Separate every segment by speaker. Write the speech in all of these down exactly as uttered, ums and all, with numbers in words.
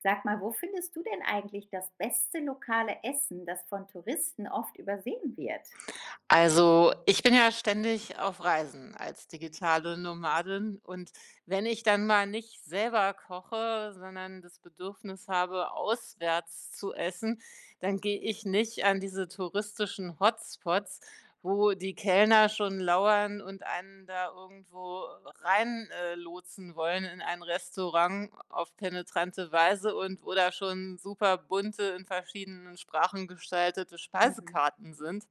Speaker 1: Sag mal, wo findest du denn eigentlich das beste lokale Essen, das von Touristen oft übersehen wird?
Speaker 2: Also, ich bin ja ständig auf Reisen als digitale Nomadin und wenn ich dann mal nicht selber koche, sondern das Bedürfnis habe, auswärts zu essen, dann gehe ich nicht an diese touristischen Hotspots, wo die Kellner schon lauern und einen da irgendwo rein, äh, lotsen wollen in ein Restaurant auf penetrante Weise und wo da schon super bunte, in verschiedenen Sprachen gestaltete
Speaker 1: Mhm.
Speaker 2: Speisekarten sind.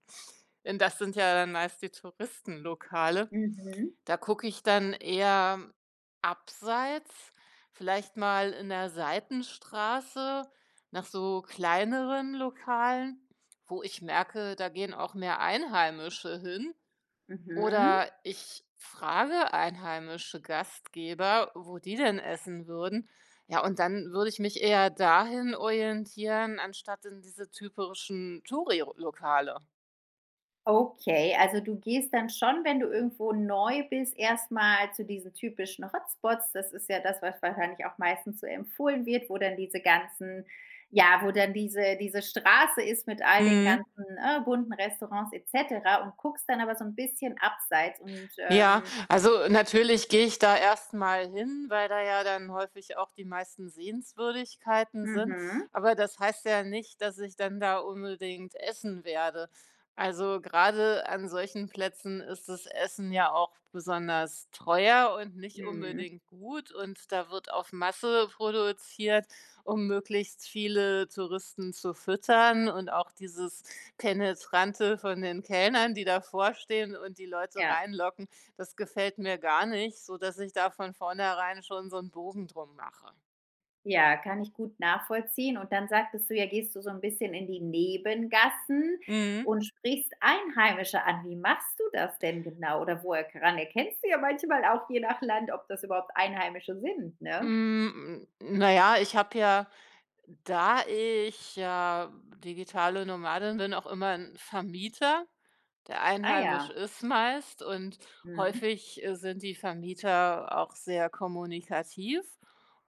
Speaker 2: Denn das sind ja dann meist die Touristenlokale.
Speaker 1: Mhm,
Speaker 2: Da gucke ich dann eher abseits, vielleicht mal in der Seitenstraße nach so kleineren Lokalen, wo ich merke, da gehen auch mehr Einheimische hin.
Speaker 1: mhm.
Speaker 2: Oder ich frage einheimische Gastgeber, wo die denn essen würden. Ja, und dann würde ich mich eher dahin orientieren, anstatt in diese typischen Touri-Lokale.
Speaker 1: Okay, also du gehst dann schon, wenn du irgendwo neu bist, erst mal zu diesen typischen Hotspots. Das ist ja das, was wahrscheinlich auch meistens so empfohlen wird, wo dann diese ganzen, ja, wo dann diese diese Straße ist mit all den
Speaker 2: Mhm.
Speaker 1: ganzen, äh, bunten Restaurants et cetera und guckst dann aber so ein bisschen abseits und,
Speaker 2: Ja,
Speaker 1: ähm
Speaker 2: also natürlich gehe ich da erstmal hin, weil da ja dann häufig auch die meisten Sehenswürdigkeiten sind.
Speaker 1: mhm,
Speaker 2: Aber das heißt ja nicht, dass ich dann da unbedingt essen werde. Also gerade an solchen Plätzen ist das Essen ja auch besonders teuer und nicht
Speaker 1: mhm,
Speaker 2: unbedingt gut. Und da wird auf Masse produziert, um möglichst viele Touristen zu füttern. Und auch dieses Penetrante von den Kellnern, die davor stehen und die Leute
Speaker 1: ja.
Speaker 2: reinlocken. Das gefällt mir gar nicht, so dass ich da von vornherein schon so einen Bogen drum mache.
Speaker 1: Ja, kann ich gut nachvollziehen. Und dann sagtest du ja, gehst du so ein bisschen in die Nebengassen
Speaker 2: Mhm.
Speaker 1: und sprichst Einheimische an. Wie machst du das denn genau? Oder woher ran erkennst du ja manchmal auch je nach Land, ob das überhaupt Einheimische sind, ne?
Speaker 2: Hm, na ja, ich habe ja da ich ja digitale Nomadin bin, auch immer ein Vermieter, der
Speaker 1: Ah
Speaker 2: einheimisch
Speaker 1: ja,
Speaker 2: ist meist und
Speaker 1: mhm.
Speaker 2: häufig, äh, sind die Vermieter auch sehr kommunikativ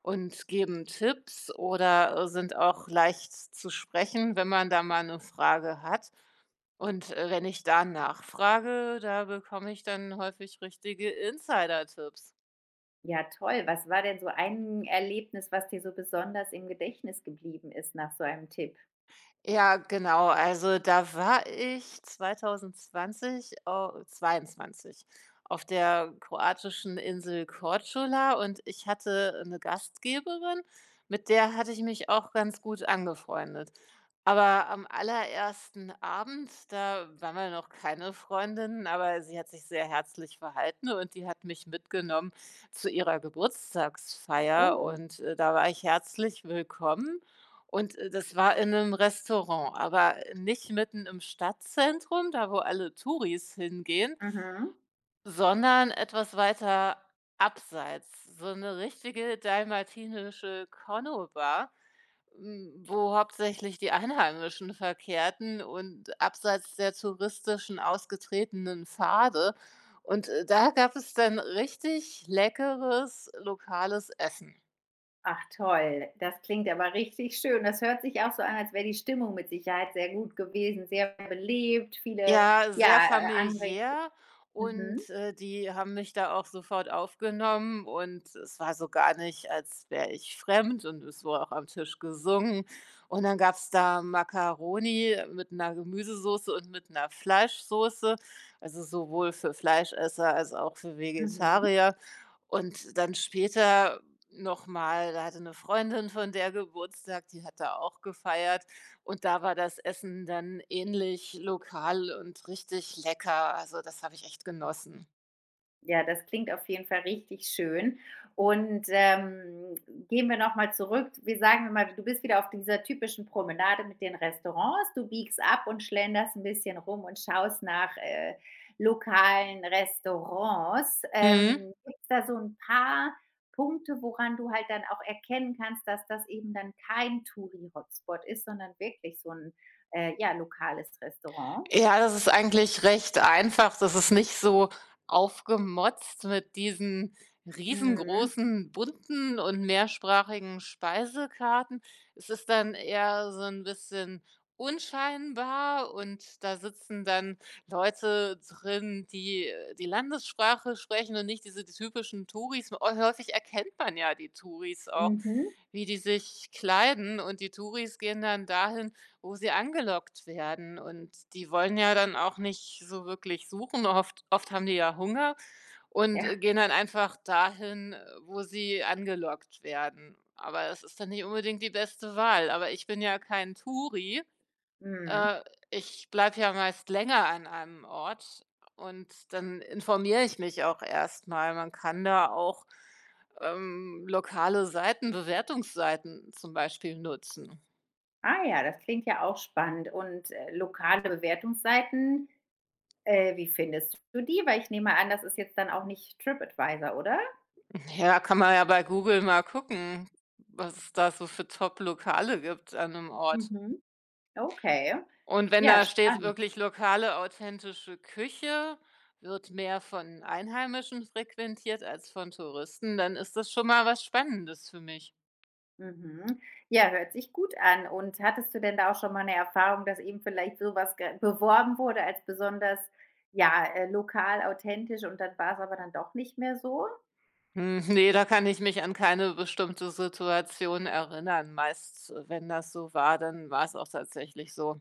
Speaker 2: und geben Tipps oder, äh, sind auch leicht zu sprechen, wenn man da mal eine Frage hat. Und, äh, wenn ich da nachfrage, da bekomme ich dann häufig richtige Insidertipps.
Speaker 1: Ja, toll. Was war denn so ein Erlebnis, was dir so besonders im Gedächtnis geblieben ist nach so einem Tipp?
Speaker 2: Ja, genau. Also da war ich 2020 au zweiundzwanzig auf der kroatischen Insel Korčula und ich hatte eine Gastgeberin, mit der hatte ich mich auch ganz gut angefreundet. Aber am allerersten Abend, da waren wir noch keine Freundinnen, aber sie hat sich sehr herzlich verhalten und die hat mich mitgenommen zu ihrer Geburtstagsfeier
Speaker 1: Oh,
Speaker 2: und, äh, da war ich herzlich willkommen und, äh, das war in einem Restaurant, aber nicht mitten im Stadtzentrum, da wo alle Touris hingehen,
Speaker 1: mhm.
Speaker 2: sondern etwas weiter abseits, so eine richtige dalmatinische conno hm, wo hauptsächlich die Einheimischen verkehrten und abseits der touristischen ausgetretenen Pfade. Und, äh, da gab es dann richtig leckeres lokales Essen.
Speaker 1: Ach toll, das klingt aber richtig schön. Das hört sich auch so an, als wäre die Stimmung mit Sicherheit sehr gut gewesen, sehr belebt, viele,
Speaker 2: Ja, sehr
Speaker 1: ja, äh, Anreg
Speaker 2: familiär
Speaker 1: Mhm,
Speaker 2: und, äh, die haben mich da auch sofort aufgenommen und es war so gar nicht, als wäre ich fremd und es wurde auch am Tisch gesungen. Und dann gab's da Macaroni mit einer Gemüsesoße und mit einer Fleischsoße, also sowohl für Fleischesser als auch für
Speaker 1: mhm.
Speaker 2: Vegetarier. Und dann später noch mal da hatte eine Freundin von der Geburtstag, die hat da auch gefeiert und da war das Essen dann ähnlich lokal und richtig lecker. Also, das habe ich echt genossen.
Speaker 1: Ja, das klingt auf jeden Fall richtig schön. Und, ähm, gehen wir noch mal zurück. Wir sagen mal, du bist wieder auf dieser typischen Promenade mit den Restaurants. Du biegst ab und schlenderst ein bisschen rum und schaust nach, äh, lokalen Restaurants.
Speaker 2: Mhm.
Speaker 1: Ähm, Gibt es da so ein paar Punkte, woran du halt dann auch erkennen kannst, dass das eben dann kein Touri-Hotspot ist, sondern wirklich so ein, äh, ja, lokales Restaurant?
Speaker 2: Ja, das ist eigentlich recht einfach. Das ist nicht so aufgemotzt mit diesen
Speaker 1: Mhm.
Speaker 2: riesengroßen, bunten und mehrsprachigen Speisekarten. Es ist dann eher so ein bisschen unscheinbar und da sitzen dann Leute drin, die, äh, die Landessprache sprechen und nicht diese typischen Touris. Äh, häufig erkennt man ja die Touris auch,
Speaker 1: Mhm.
Speaker 2: wie die sich kleiden und die Touris gehen dann dahin, wo sie angelockt werden und die wollen ja dann auch nicht so wirklich suchen. Oft oft haben die ja Hunger und, äh,
Speaker 1: Ja.
Speaker 2: gehen dann einfach dahin, äh, wo sie angelockt werden. Aber das ist dann nicht unbedingt die beste Wahl. Aber ich bin ja kein Touri.
Speaker 1: Mhm.
Speaker 2: Äh, Ich bleibe ja meist länger an einem Ort und dann informiere ich mich auch erstmal. Man kann da auch, ähm, lokale Seiten, Bewertungsseiten zum Beispiel nutzen.
Speaker 1: Ah ja, das klingt ja auch spannend. Und, äh, lokale Bewertungsseiten, äh, wie findest du die? Weil ich nehme an, das ist jetzt dann auch nicht TripAdvisor, oder?
Speaker 2: Ja, kann man ja bei Google mal gucken, was es da so für Top-Lokale gibt an einem Ort.
Speaker 1: Mhm. Okay.
Speaker 2: Und wenn
Speaker 1: Ja,
Speaker 2: da steht
Speaker 1: spannend.
Speaker 2: wirklich „lokale authentische Küche“, wird mehr von Einheimischen frequentiert als von Touristen, dann ist das schon mal was Spannendes für mich.
Speaker 1: Mhm. Ja, hört sich gut an. Und hattest du denn da auch schon mal eine Erfahrung, dass eben vielleicht sowas ge beworben wurde als besonders, ja, äh, lokal, authentisch, und dann war es aber dann doch nicht mehr so?
Speaker 2: Hm, ne, da kann ich mich an keine bestimmte Situation erinnern. Meist, äh, wenn das so war, dann war es auch tatsächlich so.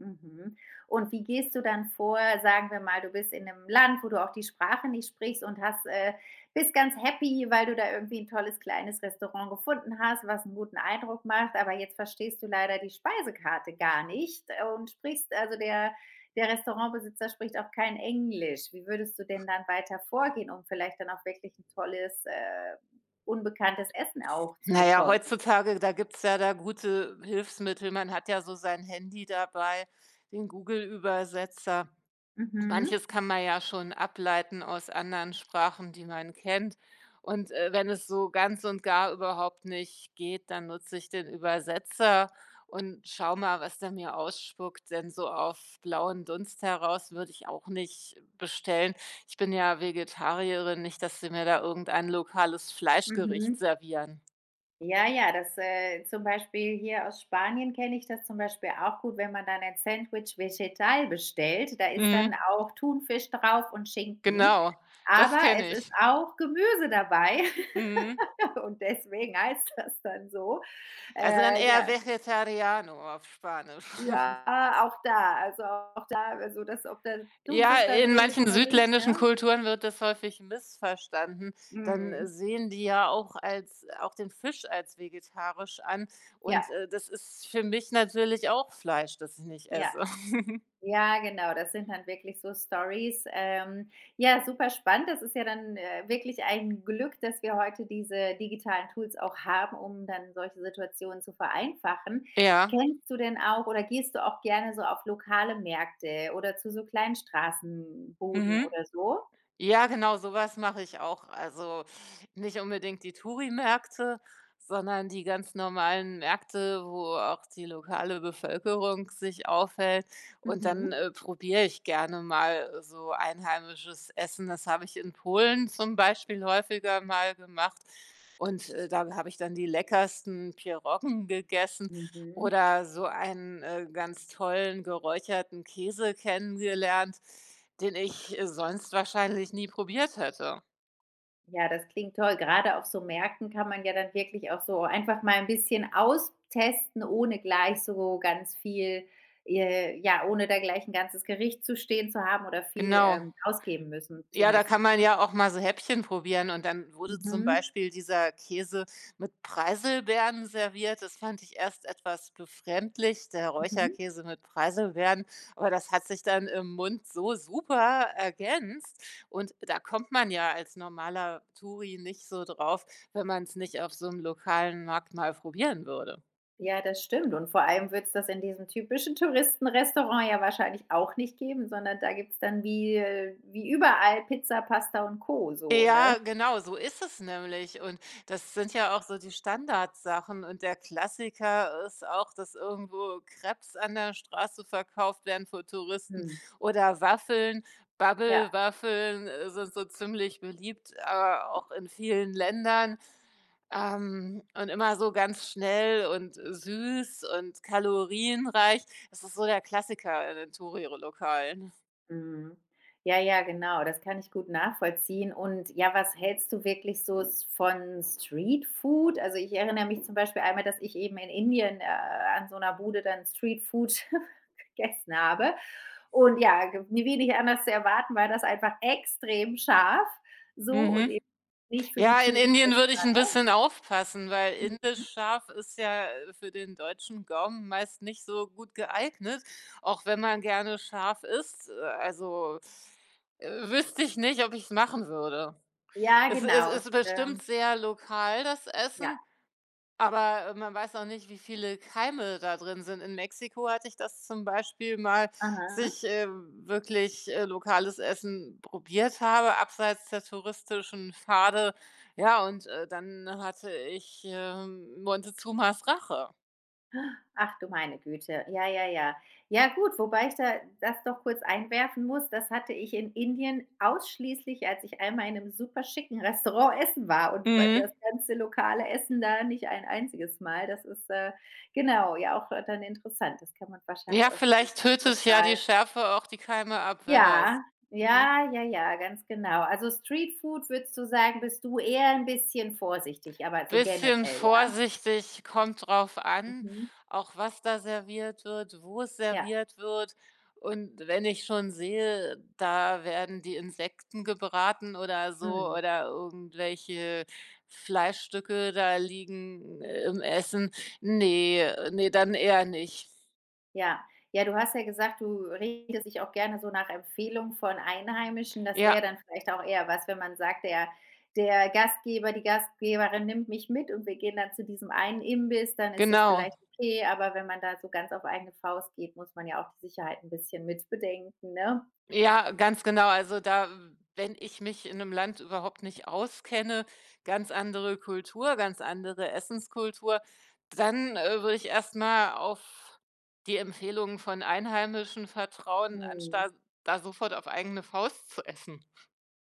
Speaker 1: Mhm. Und wie gehst du dann vor? Sagen wir mal, du bist in einem Land, wo du auch die Sprache nicht sprichst und hast äh, bist ganz happy, weil du da irgendwie ein tolles kleines Restaurant gefunden hast, was einen guten Eindruck macht, aber jetzt verstehst du leider die Speisekarte gar nicht, äh, und sprichst also der der Restaurantbesitzer spricht auch kein Englisch. Wie würdest du denn dann weiter vorgehen, um vielleicht dann auch wirklich ein tolles, äh, unbekanntes Essen auch zu
Speaker 2: Na ja,
Speaker 1: bekommen?
Speaker 2: heutzutage, da gibt's ja da gute Hilfsmittel. Man hat ja so sein Handy dabei, den Google-Übersetzer.
Speaker 1: Mhm.
Speaker 2: Manches kann man ja schon ableiten aus anderen Sprachen, die man kennt. Und, äh, wenn es so ganz und gar überhaupt nicht geht, dann nutze ich den Übersetzer und schaue mal, was der mir ausspuckt, denn so auf blauen Dunst heraus würde ich auch nicht bestellen. Ich bin ja Vegetarierin, nicht, dass sie mir da irgendein lokales Fleischgericht
Speaker 1: Mhm.
Speaker 2: servieren.
Speaker 1: Ja, ja, das, äh, zum Beispiel hier aus Spanien kenne ich das zum Beispiel auch gut, wenn man dann ein Sandwich vegetal bestellt. Da ist
Speaker 2: Mhm.
Speaker 1: dann auch Thunfisch drauf und Schinken,
Speaker 2: Genau, das
Speaker 1: aber es
Speaker 2: kenne
Speaker 1: ist
Speaker 2: ich.
Speaker 1: auch Gemüse dabei
Speaker 2: Mhm.
Speaker 1: und deswegen heißt das dann so.
Speaker 2: Also, dann
Speaker 1: Äh,
Speaker 2: eher
Speaker 1: ja,
Speaker 2: Vegetariano auf Spanisch.
Speaker 1: ja, auch da, also auch da, also das, ob der
Speaker 2: Ja,
Speaker 1: Thunfisch dann
Speaker 2: in
Speaker 1: drin ist
Speaker 2: manchen
Speaker 1: oder nicht,
Speaker 2: südländischen
Speaker 1: ne?
Speaker 2: Kulturen wird das häufig missverstanden. Dann äh,
Speaker 1: Mhm.
Speaker 2: sehen die ja auch als auch den Fisch als vegetarisch an
Speaker 1: Ja,
Speaker 2: und, äh, das ist für mich natürlich auch Fleisch, das ich nicht
Speaker 1: ja.
Speaker 2: esse.
Speaker 1: Ja, genau, das sind dann wirklich so Stories. Ähm, ja, super spannend. Das ist ja dann, äh, wirklich ein Glück, dass wir heute diese digitalen Tools auch haben, um dann solche Situationen zu vereinfachen.
Speaker 2: Ja,
Speaker 1: Kennst du denn auch oder gehst du auch gerne so auf lokale Märkte oder zu so kleinen Straßenbuden
Speaker 2: mhm.
Speaker 1: oder so?
Speaker 2: Ja, genau, sowas mache ich auch. Also, nicht unbedingt die Touri-Märkte, sondern die ganz normalen Märkte, wo auch die lokale Bevölkerung sich aufhält. Und dann,
Speaker 1: Mhm.
Speaker 2: äh, probiere ich gerne mal so einheimisches Essen. Das habe ich in Polen zum Beispiel häufiger mal gemacht. Und, äh, da habe ich dann die leckersten Pierogen gegessen
Speaker 1: Mhm.
Speaker 2: oder so einen, äh, ganz tollen geräucherten Käse kennengelernt. Den ich, äh, sonst wahrscheinlich nie probiert hätte.
Speaker 1: Ja, das klingt toll. Gerade auf so Märkten kann man ja dann wirklich auch so einfach mal ein bisschen austesten, ohne gleich so ganz viel, äh, ja, ohne da gleich ein ganzes Gericht zu stehen zu haben oder viel,
Speaker 2: Genau.
Speaker 1: ähm, ausgeben müssen zu
Speaker 2: Ja, da
Speaker 1: müssen.
Speaker 2: kann man ja auch mal so Häppchen probieren und dann wurde zum
Speaker 1: Mhm,
Speaker 2: Beispiel dieser Käse mit Preiselbeeren serviert. Das fand ich erst etwas befremdlich, der
Speaker 1: mhm.
Speaker 2: Räucherkäse mit Preiselbeeren, aber das hat sich dann im Mund so super ergänzt und da kommt man ja als normaler Touri nicht so drauf, wenn man es nicht auf so einem lokalen Markt mal probieren würde.
Speaker 1: Ja, das stimmt. Und vor allem wird's das in diesem typischen Touristenrestaurant ja wahrscheinlich auch nicht geben, sondern da gibt's dann, wie, äh wie überall, Pizza, Pasta und Co., so, ne?
Speaker 2: Ja, genau, so ist es nämlich. Und das sind ja auch so die Standardsachen. Und der Klassiker ist auch, dass irgendwo Crepes an der Straße verkauft werden für Touristen
Speaker 1: Mhm,
Speaker 2: oder Waffeln.
Speaker 1: ja.
Speaker 2: Bubble-Waffeln äh, sind so ziemlich beliebt, aber auch in vielen Ländern. Ähm, und immer so ganz schnell und süß und kalorienreich. Das ist so der Klassiker in den Touri-Lokalen.
Speaker 1: Mhm. Ja, ja, genau, das kann ich gut nachvollziehen. Und ja, was hältst du wirklich so s- von Streetfood? Also ich erinnere mich zum Beispiel einmal, dass ich eben in Indien, äh, an so einer Bude dann Streetfood gegessen habe. Und ja, ge- wie wenig anders zu erwarten, war das einfach extrem scharf. So und
Speaker 2: Mhm.
Speaker 1: eben nicht für die
Speaker 2: Ja, in
Speaker 1: Touristen.
Speaker 2: Indien würde ich ein bisschen aufpassen, weil indisch scharf ist ja, äh, für den deutschen Gaumen meist nicht so gut geeignet, auch wenn man gerne scharf isst. Äh, also, äh, wüsste ich nicht, ob ich es machen würde.
Speaker 1: Ja,
Speaker 2: Es es
Speaker 1: genau. Und,
Speaker 2: ist bestimmt
Speaker 1: ähm,
Speaker 2: sehr lokal, das
Speaker 1: ja,
Speaker 2: Essen, aber, äh, man weiß auch nicht, wie viele Keime da drin sind. In Mexiko hatte ich das zum Beispiel mal, dass
Speaker 1: aha.
Speaker 2: ich, äh, wirklich, äh, lokales Essen probiert habe, abseits der touristischen Pfade. Ja, und, äh, dann hatte ich, ähm, Montezumas Rache.
Speaker 1: Ach du meine Güte. Ja, ja, ja. Ja gut, wobei ich da das doch kurz einwerfen muss, das hatte ich in Indien ausschließlich, als ich einmal in einem super schicken Restaurant essen war und bei das
Speaker 2: Mhm.
Speaker 1: ganze lokale Essen da nicht ein einziges Mal. Das ist, äh, genau, ja auch, äh, dann interessant. Das kann man wahrscheinlich
Speaker 2: Ja,
Speaker 1: auch gar
Speaker 2: vielleicht
Speaker 1: nicht so
Speaker 2: tötet ja
Speaker 1: pauschal.
Speaker 2: die Schärfe auch die Keime ab, wer weiß.
Speaker 1: Ja,
Speaker 2: Mhm.
Speaker 1: ja, ja, ja, ganz genau. Also Streetfood, würdest du sagen, bist du eher ein bisschen vorsichtig, aber so
Speaker 2: Bisschen
Speaker 1: generell, ja?
Speaker 2: vorsichtig, kommt drauf an,
Speaker 1: Mhm.
Speaker 2: auch was da serviert wird, wo es
Speaker 1: Ja,
Speaker 2: serviert wird. Und wenn ich schon sehe, da werden die Insekten gebraten oder so
Speaker 1: mhm.
Speaker 2: oder irgendwelche Fleischstücke da liegen äh, im Essen. Nee, nee, dann eher nicht.
Speaker 1: Ja. Ja, du hast ja gesagt, du richtest dich auch gerne so nach Empfehlung von Einheimischen. Das wäre
Speaker 2: Ja,
Speaker 1: dann vielleicht auch eher was, wenn man sagt, der der Gastgeber, die Gastgeberin nimmt mich mit und wir gehen dann zu diesem einen Imbiss, dann ist das vielleicht
Speaker 2: genau.
Speaker 1: okay, aber wenn man da so ganz auf eigene Faust geht, muss man ja auch die Sicherheit ein bisschen mitbedenken, ne?
Speaker 2: Ja, ganz genau. Also da, wenn ich mich in einem Land überhaupt nicht auskenne, ganz andere Kultur, ganz andere Essenskultur, dann, äh, würde ich erstmal auf die Empfehlungen von Einheimischen vertrauen,
Speaker 1: Mhm.
Speaker 2: anstatt da sofort auf eigene Faust zu essen.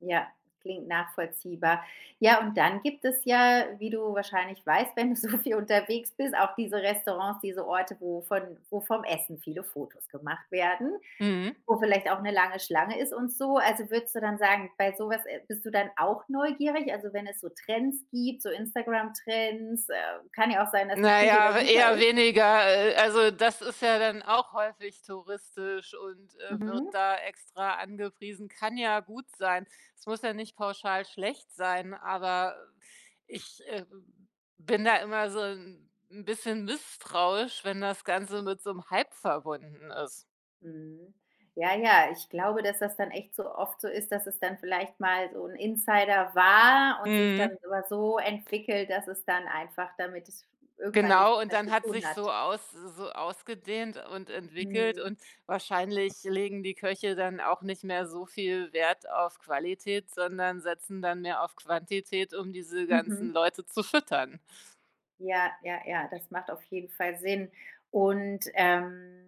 Speaker 1: Ja, klingt nachvollziehbar. Ja, und dann gibt es ja, wie du wahrscheinlich weißt, wenn du so viel unterwegs bist, auch diese Restaurants, diese Orte, wo von wo vom Essen viele Fotos gemacht werden,
Speaker 2: Mhm.
Speaker 1: wo vielleicht auch eine lange Schlange ist und so. Also, würdest du dann sagen, bei sowas, äh, bist du dann auch neugierig? Also, wenn es so Trends gibt, so Instagram-Trends, äh, kann ja auch sein, dass die
Speaker 2: Na
Speaker 1: Küche da
Speaker 2: ja,
Speaker 1: super
Speaker 2: eher
Speaker 1: ist.
Speaker 2: weniger. Äh, also, das ist ja dann auch häufig touristisch und, äh, wird
Speaker 1: Mhm.
Speaker 2: da extra angepriesen. Kann ja gut sein. Es muss ja nicht pauschal schlecht sein, aber ich, äh, bin da immer so ein 'n bisschen misstrauisch, wenn das Ganze mit so einem Hype verbunden ist.
Speaker 1: Mhm. Ja, ja, ich glaube, dass das dann echt so oft so ist, dass es dann vielleicht mal so ein Insider war und sich dann
Speaker 2: Mhm.
Speaker 1: aber so entwickelt, dass es dann einfach damit es irgendwann nichts
Speaker 2: Genau, und
Speaker 1: mehr
Speaker 2: dann
Speaker 1: zu
Speaker 2: hat
Speaker 1: tun
Speaker 2: sich
Speaker 1: hat.
Speaker 2: so aus so ausgedehnt und entwickelt
Speaker 1: Mhm.
Speaker 2: und wahrscheinlich legen die Köche dann auch nicht mehr so viel Wert auf Qualität, sondern setzen dann mehr auf Quantität, um diese ganzen
Speaker 1: Mhm.
Speaker 2: Leute zu füttern.
Speaker 1: Ja, ja, ja, das macht auf jeden Fall Sinn. Und, ähm,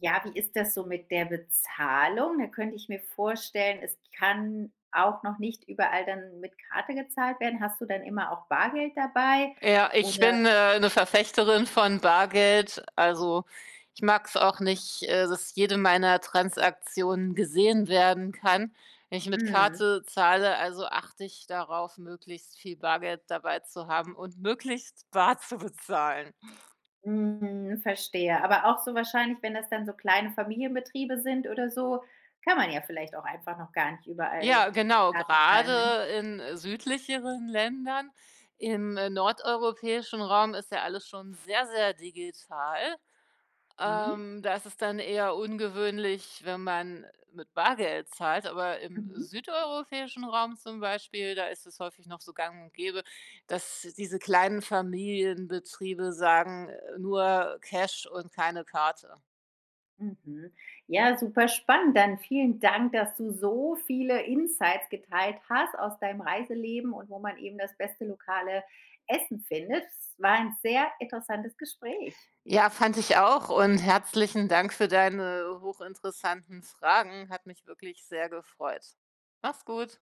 Speaker 1: ja, wie ist das so mit der Bezahlung? Da könnte ich mir vorstellen, es kann auch noch nicht überall dann mit Karte gezahlt werden. Hast du dann immer auch Bargeld dabei
Speaker 2: Ja, ich
Speaker 1: oder
Speaker 2: bin, äh, 'ne Verfechterin von Bargeld. Also, ich mag es auch nicht, äh, dass jede meiner Transaktionen gesehen werden kann. Wenn ich mit
Speaker 1: mhm.
Speaker 2: Karte zahle, also achte ich darauf, möglichst viel Bargeld dabei zu haben und möglichst bar zu bezahlen.
Speaker 1: Mhm, verstehe. Aber auch so wahrscheinlich, wenn das dann so kleine Familienbetriebe sind oder so, kann man ja vielleicht auch einfach noch gar nicht überall
Speaker 2: Ja,
Speaker 1: mit
Speaker 2: genau,
Speaker 1: Karte zahlen, ne?
Speaker 2: gerade in südlicheren Ländern. Im, äh, nordeuropäischen Raum ist ja alles schon sehr, sehr digital.
Speaker 1: Mhm,
Speaker 2: Ähm, da ist es dann eher ungewöhnlich, wenn man mit Bargeld zahlt, aber im
Speaker 1: mhm,
Speaker 2: südeuropäischen Raum zum Beispiel, da ist es häufig noch so gang und gäbe, dass diese kleinen Familienbetriebe sagen, äh, nur Cash und keine Karte.
Speaker 1: mhm. Ja, super spannend. Dann vielen Dank, dass du so viele Insights geteilt hast aus deinem Reiseleben und wo man eben das beste lokale Essen findet. Es war ein sehr interessantes Gespräch.
Speaker 2: Ja, fand ich auch und herzlichen Dank für deine hochinteressanten Fragen. Hat mich wirklich sehr gefreut. Mach's gut.